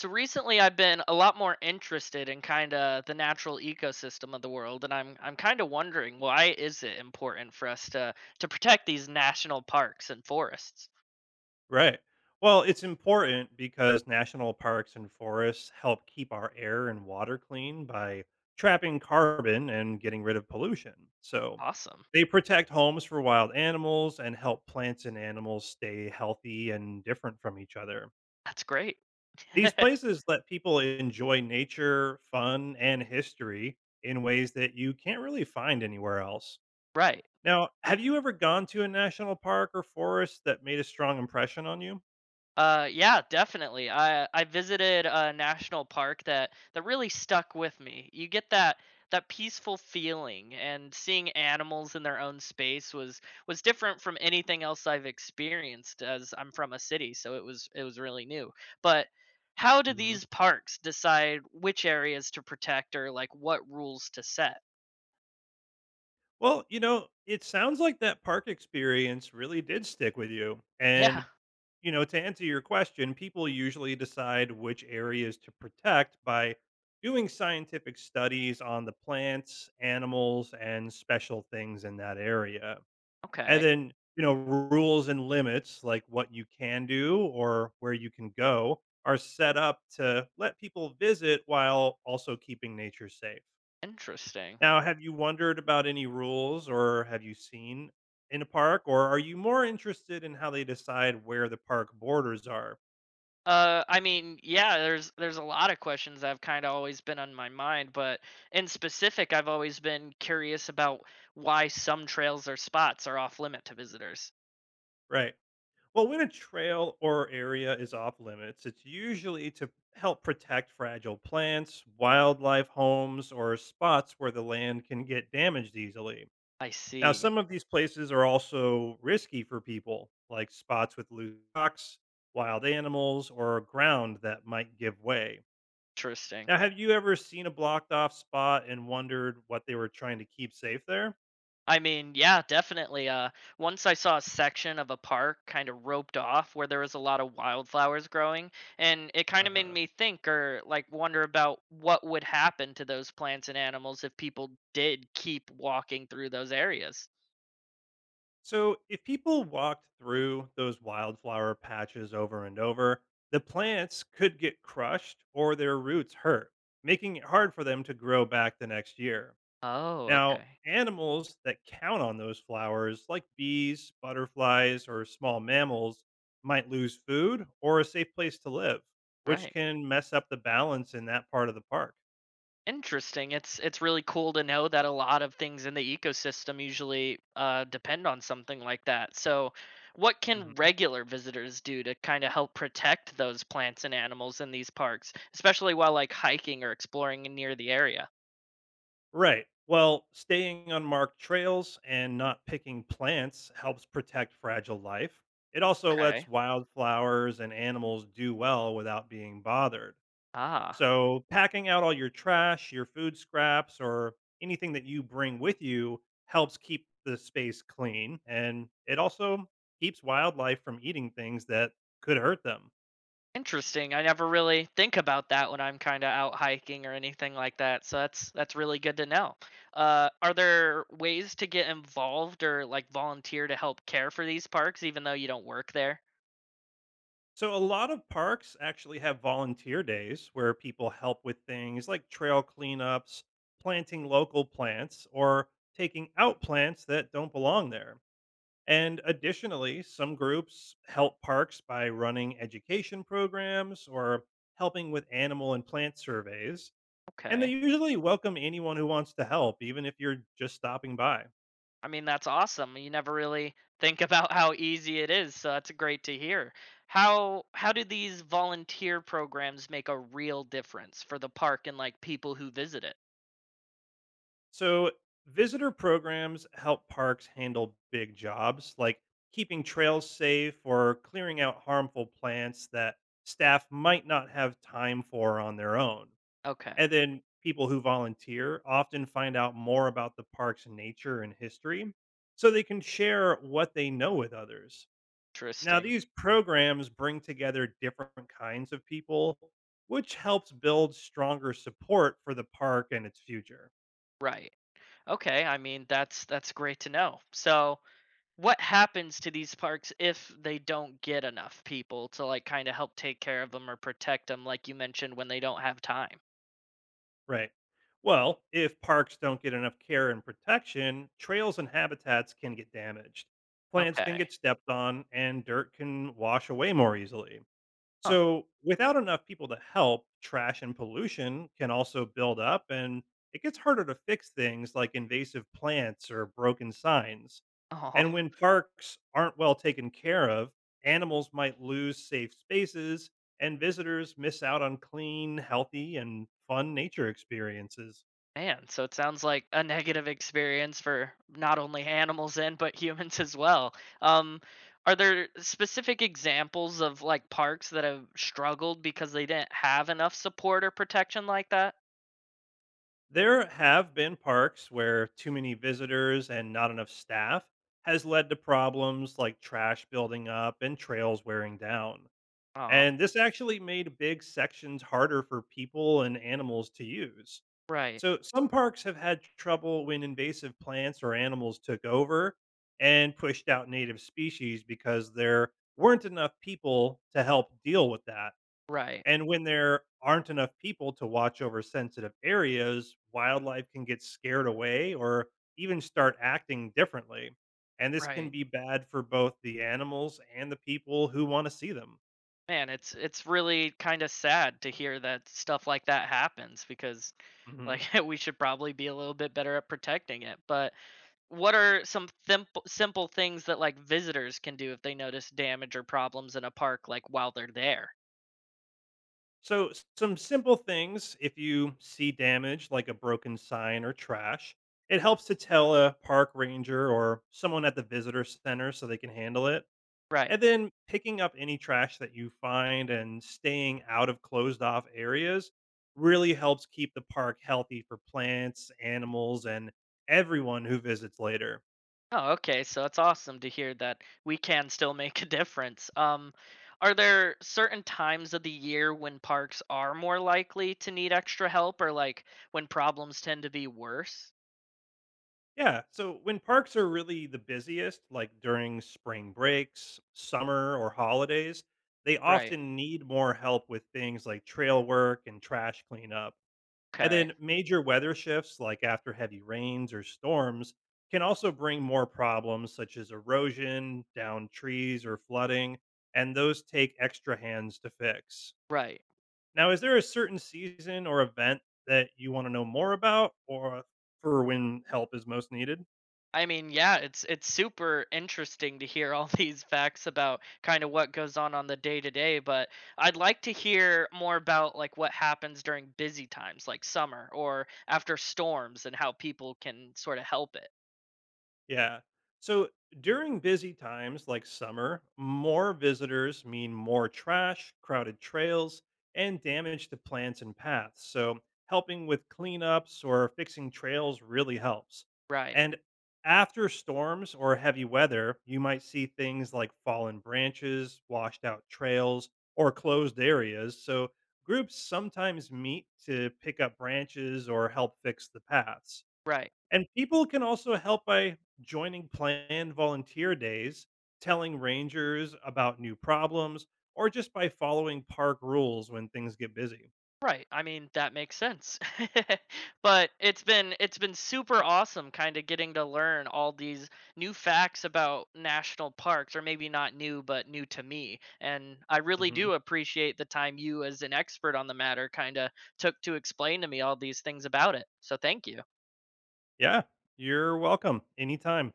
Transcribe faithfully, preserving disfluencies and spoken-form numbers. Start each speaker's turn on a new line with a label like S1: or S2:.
S1: So recently I've been a lot more interested in kind of the natural ecosystem of the world, and I'm I'm kind of wondering, why is it important for us to to protect these national parks and forests?
S2: Right. Well, it's important because national parks and forests help keep our air and water clean by trapping carbon and getting rid of pollution. So
S1: Awesome.
S2: they protect homes for wild animals and help plants and animals stay healthy and different from each other.
S1: That's great.
S2: These places let people enjoy nature, fun, and history in ways that you can't really find anywhere else.
S1: right.
S2: Now, have you ever gone to a national park or forest that made a strong impression on you?
S1: Uh, yeah, definitely. I I visited a national park that that really stuck with me. You get that that peaceful feeling, and seeing animals in their own space was was different from anything else I've experienced. As I'm from a city, so it was it was really new. But how do
S2: Mm-hmm.
S1: these parks decide which areas to protect, or like what rules to set?
S2: Well, you know, it sounds like that park experience really did stick with you.
S1: Yeah.
S2: And, you know, to answer your question, people usually decide which areas to protect by doing scientific studies on the plants, animals, and special things in that area. And
S1: Okay.
S2: then, you know, rules and limits like what you can do or where you can go are set up to let people visit while also keeping nature safe.
S1: Interesting.
S2: Now, have you wondered about any rules or have you seen in a park, or are you more interested in how they decide where the park borders are?
S1: Uh, I mean, yeah, there's there's a lot of questions that have kind of always been on my mind, but in specific, I've always been curious about why some trails or spots are off limit to visitors.
S2: Right. Well, when a trail or area is off limits, it's usually to help protect fragile plants, wildlife homes, or spots where the land can get damaged easily.
S1: I
S2: Now,
S1: see.
S2: some of these places are also risky for people, like spots with loose rocks, wild animals, or ground that might give way.
S1: Interesting.
S2: Now, have you ever seen a blocked off spot and wondered what they were trying to keep safe there?
S1: I mean, yeah, definitely. Uh, once I saw a section of a park kind of roped off where there was a lot of wildflowers growing, and it kind of made
S2: Uh-huh.
S1: me think, or like wonder about what would happen to those plants and animals if people did keep walking through those areas.
S2: So, if people walked through those wildflower patches over and over, the plants could get crushed or their roots hurt, making it hard for them to grow back the next year.
S1: Oh,
S2: Now,
S1: okay.
S2: animals that count on those flowers, like bees, butterflies, or small mammals, might lose food or a safe place to live, which
S1: Right.
S2: can mess up the balance in that part of the park.
S1: Interesting. It's it's really cool to know that a lot of things in the ecosystem usually uh, depend on something like that. So, what can
S2: Mhm.
S1: regular visitors do to kind of help protect those plants and animals in these parks, especially while like hiking or exploring near the area?
S2: Right. Well, staying on marked trails and not picking plants helps protect fragile life. It also lets
S1: Okay.
S2: wildflowers and animals do well without being bothered.
S1: Ah,
S2: So, packing out all your trash, your food scraps, or anything that you bring with you helps keep the space clean. And it also keeps wildlife from eating things that could hurt them.
S1: interesting. I never really think about that when I'm kind of out hiking or anything like that. So that's that's really good to know. Uh, are there ways to get involved, or like volunteer to help care for these parks, even though you don't work there?
S2: So a lot of parks actually have volunteer days where people help with things like trail cleanups, planting local plants, or taking out plants that don't belong there. And additionally, some groups help parks by running education programs or helping with animal and plant surveys. And they
S1: Okay.
S2: usually welcome anyone who wants to help, even if you're just stopping by.
S1: I mean, that's awesome. You never really think about how easy it is, so that's great to hear. How how do these volunteer programs make a real difference for the park and like people who visit it?
S2: So, visitor programs help parks handle big jobs like keeping trails safe or clearing out harmful plants that staff might not have time for on their own.
S1: Okay.
S2: And then people who volunteer often find out more about the park's nature and history so they can share what they know with others. Now,
S1: Interesting.
S2: these programs bring together different kinds of people, which helps build stronger support for the park and its future.
S1: Right. Okay. I mean, that's that's great to know. So, what happens to these parks if they don't get enough people to like kind of help take care of them or protect them, like you mentioned, when they don't have time?
S2: Right. Well, if parks don't get enough care and protection, trails and habitats can get damaged. Plants can
S1: Okay.
S2: get stepped on, and dirt can wash away more easily.
S1: Huh.
S2: So, without enough people to help, trash and pollution can also build up, and it gets harder to fix things like invasive plants or broken signs. And
S1: Oh,
S2: when parks aren't well taken care of, animals might lose safe spaces, and visitors miss out on clean, healthy, and fun nature experiences.
S1: man. So it sounds like a negative experience for not only animals and but humans as well. Um, are there specific examples of like parks that have struggled because they didn't have enough support or protection like that?
S2: There have been parks where too many visitors and not enough staff has led to problems like trash building up and trails wearing down.
S1: Oh.
S2: And this actually made big sections harder for people and animals to use.
S1: Right.
S2: So some parks have had trouble when invasive plants or animals took over and pushed out native species because there weren't enough people to help deal with that.
S1: Right.
S2: And when there aren't enough people to watch over sensitive areas, wildlife can get scared away or even start acting differently. And this can
S1: Right.
S2: be bad for both the animals and the people who want to see them.
S1: Man, it's it's really kind of sad to hear that stuff like that happens, because
S2: Mhm.
S1: like we should probably be a little bit better at protecting it. But what are some simple simple things that like visitors can do if they notice damage or problems in a park, like while they're there?
S2: So, s- some simple things if you see damage like a broken sign or trash, it helps to tell a park ranger or someone at the visitor center so they can handle it.
S1: Right.
S2: And then picking up any trash that you find and staying out of closed off areas really helps keep the park healthy for plants, animals, and everyone who visits later.
S1: Oh, okay. So it's awesome to hear that we can still make a difference. Um, are there certain times of the year when parks are more likely to need extra help, or like when problems tend to be worse?
S2: Yeah. So when parks are really the busiest, like during spring breaks, summer, or holidays, they
S1: Right.
S2: often need more help with things like trail work and trash cleanup. And
S1: Okay.
S2: then major weather shifts, like after heavy rains or storms, can also bring more problems such as erosion, downed trees, or flooding. And those take extra hands to fix.
S1: Right.
S2: Now, is there a certain season or event that you want to know more about or for when help is most needed?
S1: I mean, yeah, it's it's super interesting to hear all these facts about kind of what goes on on the day to day, but I'd like to hear more about like what happens during busy times like summer or after storms, and how people can sort of help it.
S2: Yeah. So during busy times like summer, more visitors mean more trash, crowded trails, and damage to plants and paths. So helping with cleanups or fixing trails really helps.
S1: Right.
S2: And after storms or heavy weather, you might see things like fallen branches, washed out trails, or closed areas. So groups sometimes meet to pick up branches or help fix the paths.
S1: Right.
S2: And people can also help by joining planned volunteer days, telling rangers about new problems, or just by following park rules when things get busy.
S1: Right. I mean, that makes sense. but it's been it's been super awesome kind of getting to learn all these new facts about national parks, or maybe not new but new to me. And I really
S2: Hmm.
S1: do appreciate the time you, as an expert on the matter, kind of took to explain to me all these things about it. So thank you.
S2: Yeah, you're welcome anytime.